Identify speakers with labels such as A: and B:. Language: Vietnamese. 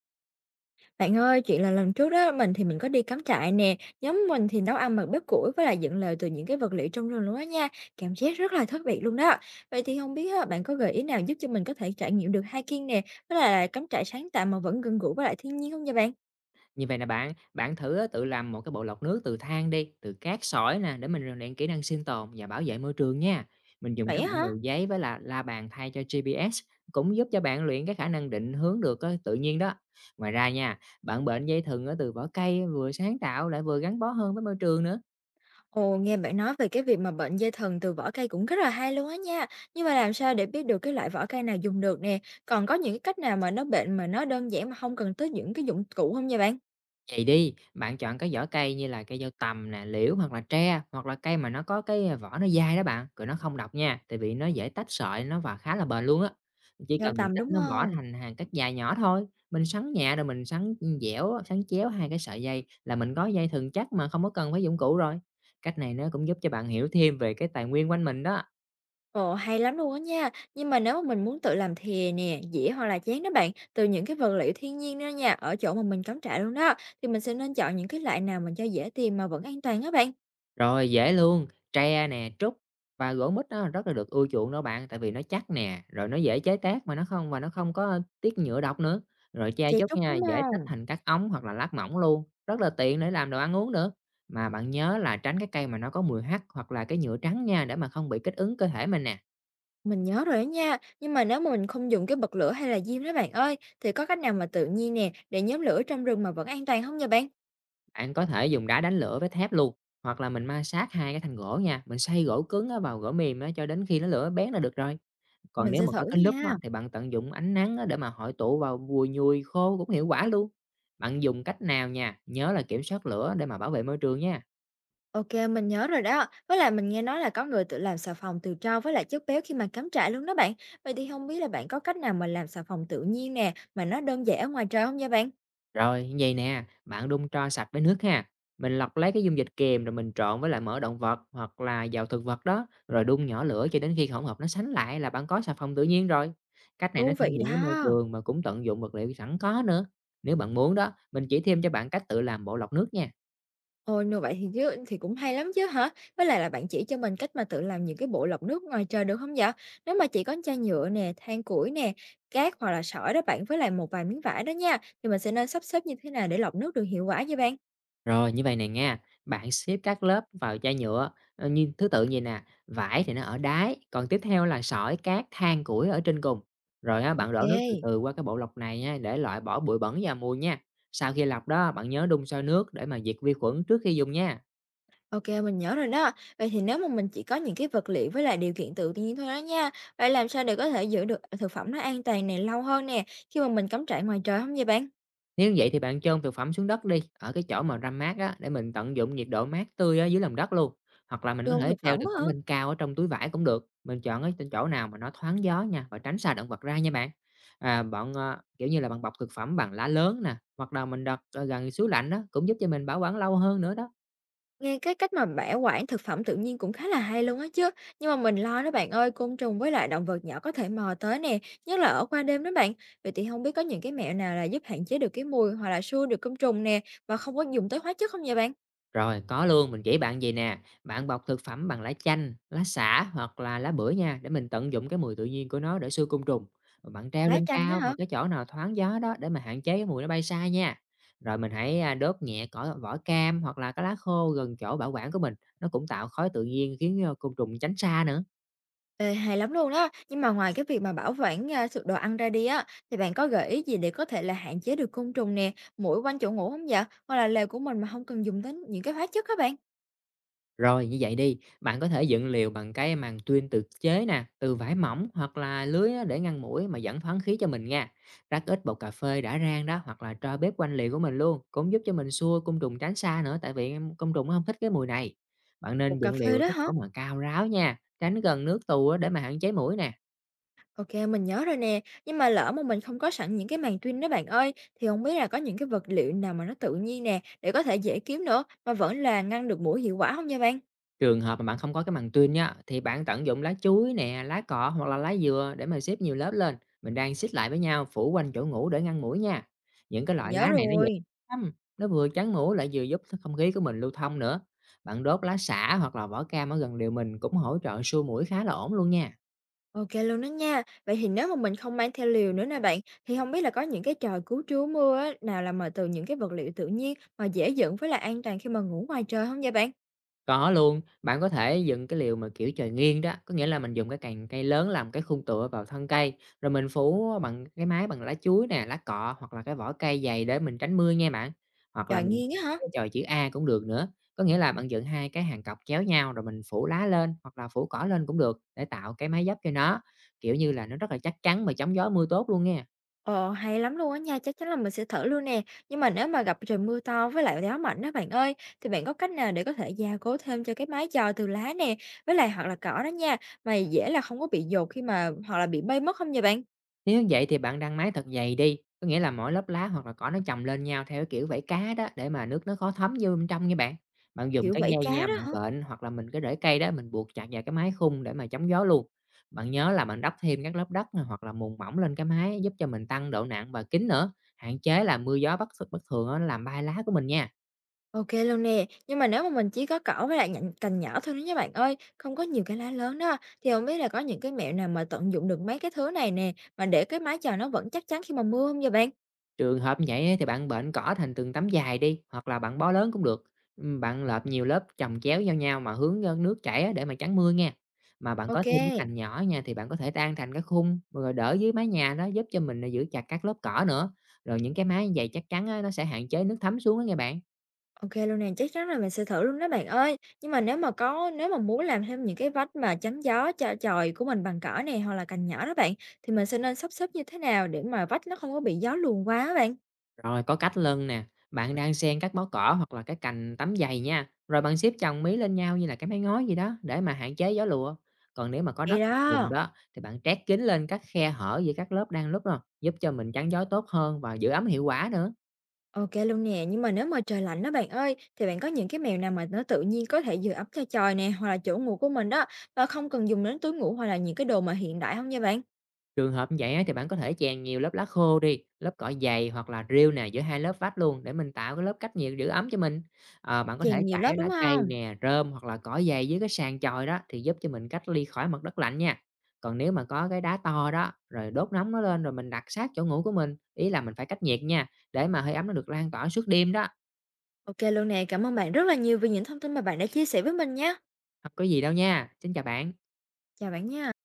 A: Bạn ơi, chuyện là lần trước đó mình có đi cắm trại nè, nhóm mình thì nấu ăn bằng bếp củi với lại dựng lều từ những cái vật liệu trong rừng luôn á nha, cảm giác rất là thú vị luôn đó. Vậy thì không biết á, bạn có gợi ý nào giúp cho mình có thể trải nghiệm được hiking nè, với lại cắm trại sáng tạo mà vẫn gần gũi với lại thiên nhiên không nha bạn?
B: Như vậy là bạn thử á, tự làm một cái bộ lọc nước từ than đi, từ cát sỏi nè, để mình rèn luyện kỹ năng sinh tồn và bảo vệ môi trường nha. Mình dùng
A: Vậy
B: các
A: á
B: bản đồ
A: hả?
B: giấy với là la bàn thay cho GPS cũng giúp cho bạn luyện cái khả năng định hướng được á, tự nhiên đó. Ngoài ra nha, bạn bệnh dây thừng á, từ vỏ cây, vừa sáng tạo lại vừa gắn bó hơn với môi trường nữa.
A: Ồ, nghe bạn nói về cái việc mà bệnh dây thần từ vỏ cây cũng rất là hay luôn á nha. Nhưng mà làm sao để biết được cái loại vỏ cây nào dùng được nè? Còn có những cái cách nào mà nó bệnh mà nó đơn giản mà không cần tới những cái dụng cụ không nha bạn?
B: Vậy đi, bạn chọn cái vỏ cây như là cây dâu tằm nè, liễu, hoặc là tre, hoặc là cây mà nó có cái vỏ nó dai đó bạn, rồi nó không độc nha, tại vì nó dễ tách sợi nó và khá là bền luôn á. Chỉ
A: Dâu
B: cần mình
A: tầm
B: tách
A: đúng
B: nó vỏ
A: không?
B: thành hàng cắt dài nhỏ thôi, mình sắn nhẹ rồi mình sắn dẻo, sắn chéo hai cái sợi dây, là mình có dây thừng chắc mà không có cần phải dụng cụ rồi. Cách này nó cũng giúp cho bạn hiểu thêm về cái tài nguyên quanh mình đó.
A: Ồ, hay lắm luôn á nha. Nhưng mà nếu mà mình muốn tự làm thìa nè, dĩa hoặc là chén đó bạn, từ những cái vật liệu thiên nhiên đó nha, ở chỗ mà mình cắm trại luôn đó, thì mình sẽ nên chọn những cái loại nào mình cho dễ tìm mà vẫn an toàn đó bạn.
B: Rồi, dễ luôn, tre nè, trúc và gỗ mít nó rất là được ưa chuộng đó bạn, tại vì nó chắc nè, rồi nó dễ chế tác, mà nó không có tiết nhựa độc nữa. Rồi tre
A: Chè
B: trúc
A: trúc
B: nha,
A: đúng
B: dễ
A: không?
B: tách thành các ống hoặc là lát mỏng luôn, rất là tiện để làm đồ ăn uống nữa. Mà bạn nhớ là tránh cái cây mà nó có mùi hắc hoặc là cái nhựa trắng nha, để mà không bị kích ứng cơ thể mình nè.
A: Mình nhớ rồi đó nha. Nhưng mà nếu mà mình không dùng cái bật lửa hay là diêm đó bạn ơi, thì có cách nào mà tự nhiên nè, để nhóm lửa trong rừng mà vẫn an toàn không nha bạn?
B: Bạn có thể dùng đá đánh lửa với thép luôn, hoặc là mình ma sát hai cái thành gỗ nha, mình xay gỗ cứng á vào gỗ mềm á cho đến khi nó lửa bén là được rồi. Còn
A: Mình
B: nếu
A: sẽ
B: mà
A: thử
B: có kính lúp á,
A: nha.
B: thì bạn tận dụng ánh nắng á để mà hội tụ vào vùi nhùi khô, cũng hiệu quả luôn. Bạn dùng cách nào nha, nhớ là kiểm soát lửa để mà bảo vệ môi trường nha.
A: OK, mình nhớ rồi đó. Với lại mình nghe nói là có người tự làm xà phòng từ tro với lại chất béo khi mà cắm trại luôn đó bạn. Vậy thì không biết là bạn có cách nào mà làm xà phòng tự nhiên nè, mà nó đơn giản ở ngoài trời không nha bạn?
B: Rồi, như vậy nè, bạn đun tro sạch với nước ha. Mình lọc lấy cái dung dịch kiềm, rồi mình trộn với lại mỡ động vật hoặc là dầu thực vật đó, rồi đun nhỏ lửa cho đến khi hỗn hợp nó sánh lại, là bạn có xà phòng tự nhiên rồi. Cách này nó
A: Thú
B: thân
A: vị
B: thiện với môi
A: đó.
B: trường mà cũng tận dụng vật liệu sẵn có nữa. Nếu bạn muốn đó, mình chỉ thêm cho bạn cách tự làm bộ lọc nước nha.
A: Ôi, như vậy thì cũng hay lắm chứ hả? Với lại là bạn chỉ cho mình cách mà tự làm những cái bộ lọc nước ngoài trời được không dạ? Nếu mà chỉ có chai nhựa nè, than củi nè, cát hoặc là sỏi đó bạn với lại một vài miếng vải đó nha, thì mình sẽ nên sắp xếp như thế nào để lọc nước được hiệu quả vậy bạn?
B: Rồi, như vậy này nha, bạn xếp các lớp vào chai nhựa, như thứ tự vậy nè: vải thì nó ở đáy, còn tiếp theo là sỏi, cát, than, củi ở trên cùng. Rồi á, bạn đổ nước từ
A: OK.
B: từ qua cái bộ lọc này nha, để loại bỏ bụi bẩn và mùi nha. Sau khi lọc đó, bạn nhớ đun sôi nước để mà diệt vi khuẩn trước khi dùng nha.
A: OK, mình nhớ rồi đó. Vậy thì nếu mà mình chỉ có những cái vật liệu với lại điều kiện tự nhiên thôi đó nha, vậy làm sao để có thể giữ được thực phẩm nó an toàn này lâu hơn nè, khi mà mình cắm trại ngoài trời không vậy bạn?
B: Nếu vậy thì bạn chôn thực phẩm xuống đất đi, ở cái chỗ mà râm mát á, để mình tận dụng nhiệt độ mát tươi ở dưới lòng đất luôn. Hoặc là mình
A: Vô
B: có
A: ôm
B: thể
A: thực
B: treo
A: phẩm
B: thực
A: á
B: phẩm
A: hả?
B: lên cao ở trong túi vải cũng được. Mình chọn ở trên chỗ nào mà nó thoáng gió nha, và tránh xa động vật ra nha bạn. À, kiểu như là, bạn bọc thực phẩm bằng lá lớn nè, hoặc là mình đặt, gần suối lạnh đó, cũng giúp cho mình bảo quản lâu hơn nữa đó.
A: Nghe cái cách mà bảo quản thực phẩm tự nhiên cũng khá là hay luôn á chứ, nhưng mà mình lo đó bạn ơi, côn trùng với lại động vật nhỏ có thể mò tới nè, nhất là ở qua đêm đó bạn. Vậy thì không biết có những cái mẹo nào là giúp hạn chế được cái mùi hoặc là xua được côn trùng nè, mà không có dùng tới hóa chất không vậy bạn?
B: Rồi, có luôn, mình chỉ bạn vầy nè: bạn bọc thực phẩm bằng lá chanh, lá xả hoặc là lá bưởi nha, để mình tận dụng cái mùi tự nhiên của nó để xua côn trùng. Rồi bạn treo
A: Lá
B: lên
A: chanh á
B: cao
A: hả?
B: vào cái chỗ nào thoáng gió đó, để mà hạn chế cái mùi nó bay xa nha. Rồi mình hãy, đốt nhẹ cỏ, vỏ cam hoặc là cái lá khô gần chỗ bảo quản của mình, nó cũng tạo khói tự nhiên khiến côn trùng tránh xa nữa.
A: Ê, hay lắm luôn đó. Nhưng mà ngoài cái việc mà bảo quản, sự đồ ăn ra đi á, thì bạn có gợi ý gì để có thể là hạn chế được côn trùng nè, muỗi quanh chỗ ngủ không vậy? Hoặc là lều của mình mà không cần dùng đến những cái hóa chất các bạn?
B: Rồi như vậy đi, bạn có thể dựng lều bằng cái màn tuyên tự chế nè, từ vải mỏng hoặc là lưới á, để ngăn muỗi mà vẫn thoáng khí cho mình nha. Rắc ít bột cà phê đã rang đó hoặc là tro bếp quanh lều của mình luôn, cũng giúp cho mình xua côn trùng tránh xa nữa, tại vì côn trùng nó không thích cái mùi này. Bạn
A: Ủa,
B: nên
A: cà
B: dựng lều
A: phê
B: ở
A: đó
B: cái
A: hả?
B: chỗ mà cao ráo nha, tránh gần nước tù á để mà hạn chế muỗi nè.
A: OK, mình nhớ rồi nè. Nhưng mà lỡ mà mình không có sẵn những cái màng tuyên đó bạn ơi, thì không biết là có những cái vật liệu nào mà nó tự nhiên nè, để có thể dễ kiếm nữa, mà vẫn là ngăn được muỗi hiệu quả không nha bạn?
B: Trường hợp mà bạn không có cái màng tuyên nhá, thì bạn tận dụng lá chuối nè, lá cọ hoặc là lá dừa để mà xếp nhiều lớp lên. Mình đang xích lại với nhau, phủ quanh chỗ ngủ để ngăn muỗi nha. Những cái
A: Mình
B: loại lá
A: nhớ
B: này nó dễ
A: rồi.
B: lắm, nó vừa chắn muỗi lại vừa giúp cho không khí của mình lưu thông nữa. Bạn đốt lá xả hoặc là vỏ cam ở gần liều mình, cũng hỗ trợ xua muỗi khá là ổn luôn nha.
A: OK luôn đó nha. Vậy thì nếu mà mình không mang theo liều nữa nè bạn, thì không biết là có những cái trò cứu trú mưa á, nào làm mà từ những cái vật liệu tự nhiên mà dễ dựng với lại an toàn khi mà ngủ ngoài trời không vậy bạn?
B: Có luôn, bạn có thể dựng cái liều mà kiểu trời nghiêng đó, có nghĩa là mình dùng cái cành cây lớn làm cái khung tựa vào thân cây, rồi mình phủ bằng cái mái bằng lá chuối nè, lá cọ hoặc là cái vỏ cây dày, để mình tránh mưa nha bạn. Hoặc là
A: Trời
B: mình
A: nghiêng á hả?
B: cái chòi chữ A cũng được nữa, có nghĩa là bạn dựng hai cái hàng cọc chéo nhau, rồi mình phủ lá lên hoặc là phủ cỏ lên cũng được, để tạo cái mái giáp cho nó, kiểu như là, nó rất là chắc chắn và chống gió mưa tốt luôn nghe.
A: Ồ, hay lắm luôn á nha, chắc chắn là mình sẽ thử luôn nè. Nhưng mà nếu mà gặp trời mưa to với lại gió mạnh đó bạn ơi, thì bạn có cách nào để có thể gia cố thêm cho cái mái chòi từ lá nè, với lại hoặc là cỏ đó nha, mà dễ là không có bị dột khi mà hoặc là bị bay mất không vậy bạn?
B: Nếu vậy thì bạn đang mái thật dày đi, có nghĩa là mỗi lớp lá hoặc là cỏ nó chồng lên nhau theo cái kiểu vảy cá đó, để mà nước nó khó thấm vô bên trong nha bạn. Bạn dùng
A: Kiểu
B: cái
A: vảy
B: dây
A: cá
B: nha,
A: đó
B: bạn
A: hả?
B: bệnh hoặc là mình cái rễ cây đó, mình buộc chặt vào cái mái khung để mà chống gió luôn. Bạn nhớ là bạn đắp thêm các lớp đất nè, hoặc là mùn mỏng lên cái mái, giúp cho mình tăng độ nặng và kín nữa, hạn chế là mưa gió bất bất thường á, nó làm bay lá của mình nha.
A: OK luôn nè, nhưng mà nếu mà mình chỉ có cỏ với lại nhành cành nhỏ thôi đó nha bạn ơi, không có nhiều cái lá lớn đó, thì không biết là có những cái mẹo nào mà tận dụng được mấy cái thứ này nè, mà để cái mái chòi nó vẫn chắc chắn khi mà mưa không vậy bạn?
B: Trường hợp như vậy á, thì bạn bện cỏ thành từng tấm dài đi, hoặc là bạn bó lớn cũng được. Bạn lợp nhiều lớp chồng chéo giao nhau mà hướng nước chảy á, để mà chắn mưa nha. Mà bạn có
A: OK,
B: thêm cái cành nhỏ nha, thì bạn có thể tan thành cái khung, rồi đỡ dưới mái nhà đó, giúp cho mình giữ chặt các lớp cỏ nữa. Rồi những cái mái dày chắc chắn á, nó sẽ hạn chế nước thấm xuống á nghe bạn.
A: OK luôn nè, chắc chắn là mình sẽ thử luôn đó bạn ơi. Nhưng mà nếu mà muốn làm thêm những cái vách mà chắn gió cho chòi của mình bằng cỏ nè, hoặc là cành nhỏ đó bạn, thì mình sẽ nên sắp xếp như thế nào để mà vách nó không có bị gió luồn quá á bạn?
B: Rồi có cách lân nè, bạn đang xen các bó cỏ hoặc là cái cành tắm giày nha, rồi bạn xếp chồng mí lên nhau như là cái mái ngói gì đó, để mà hạn chế gió lùa. Còn nếu mà có đất
A: Hay
B: vùng
A: đó!
B: đó, thì bạn trét kín lên các khe hở giữa các lớp đang lúc đó, giúp cho mình chắn gió tốt hơn và giữ ấm hiệu quả nữa.
A: OK luôn nè, nhưng mà nếu mà trời lạnh đó bạn ơi, thì bạn có những cái mẹo nào mà nó tự nhiên có thể giữ ấm cho chòi nè, hoặc là chỗ ngủ của mình đó, và không cần dùng đến túi ngủ hoặc là những cái đồ mà hiện đại không nha bạn?
B: Trường hợp như vậy á, thì bạn có thể chèn nhiều lớp lá khô đi, lớp cỏ dày hoặc là rêu nè, giữa hai lớp vách luôn, để mình tạo cái lớp cách nhiệt giữ ấm cho mình. Ờ, bạn có thể
A: Chèn nhiều
B: trải
A: lớp, đúng
B: lá cây
A: không?
B: nè, rơm hoặc là cỏ dày dưới cái sàn chòi đó, thì giúp cho mình cách ly khỏi mặt đất lạnh nha. Còn nếu mà có cái đá to đó, rồi đốt nóng nó lên, rồi mình đặt sát chỗ ngủ của mình, ý là mình phải cách nhiệt nha, để mà hơi ấm nó được lan tỏa suốt đêm đó.
A: OK luôn nè, cảm ơn bạn rất là nhiều vì những thông tin mà bạn đã chia sẻ với mình nhé.
B: Không có gì đâu nha. Xin chào bạn.
A: Chào bạn nha.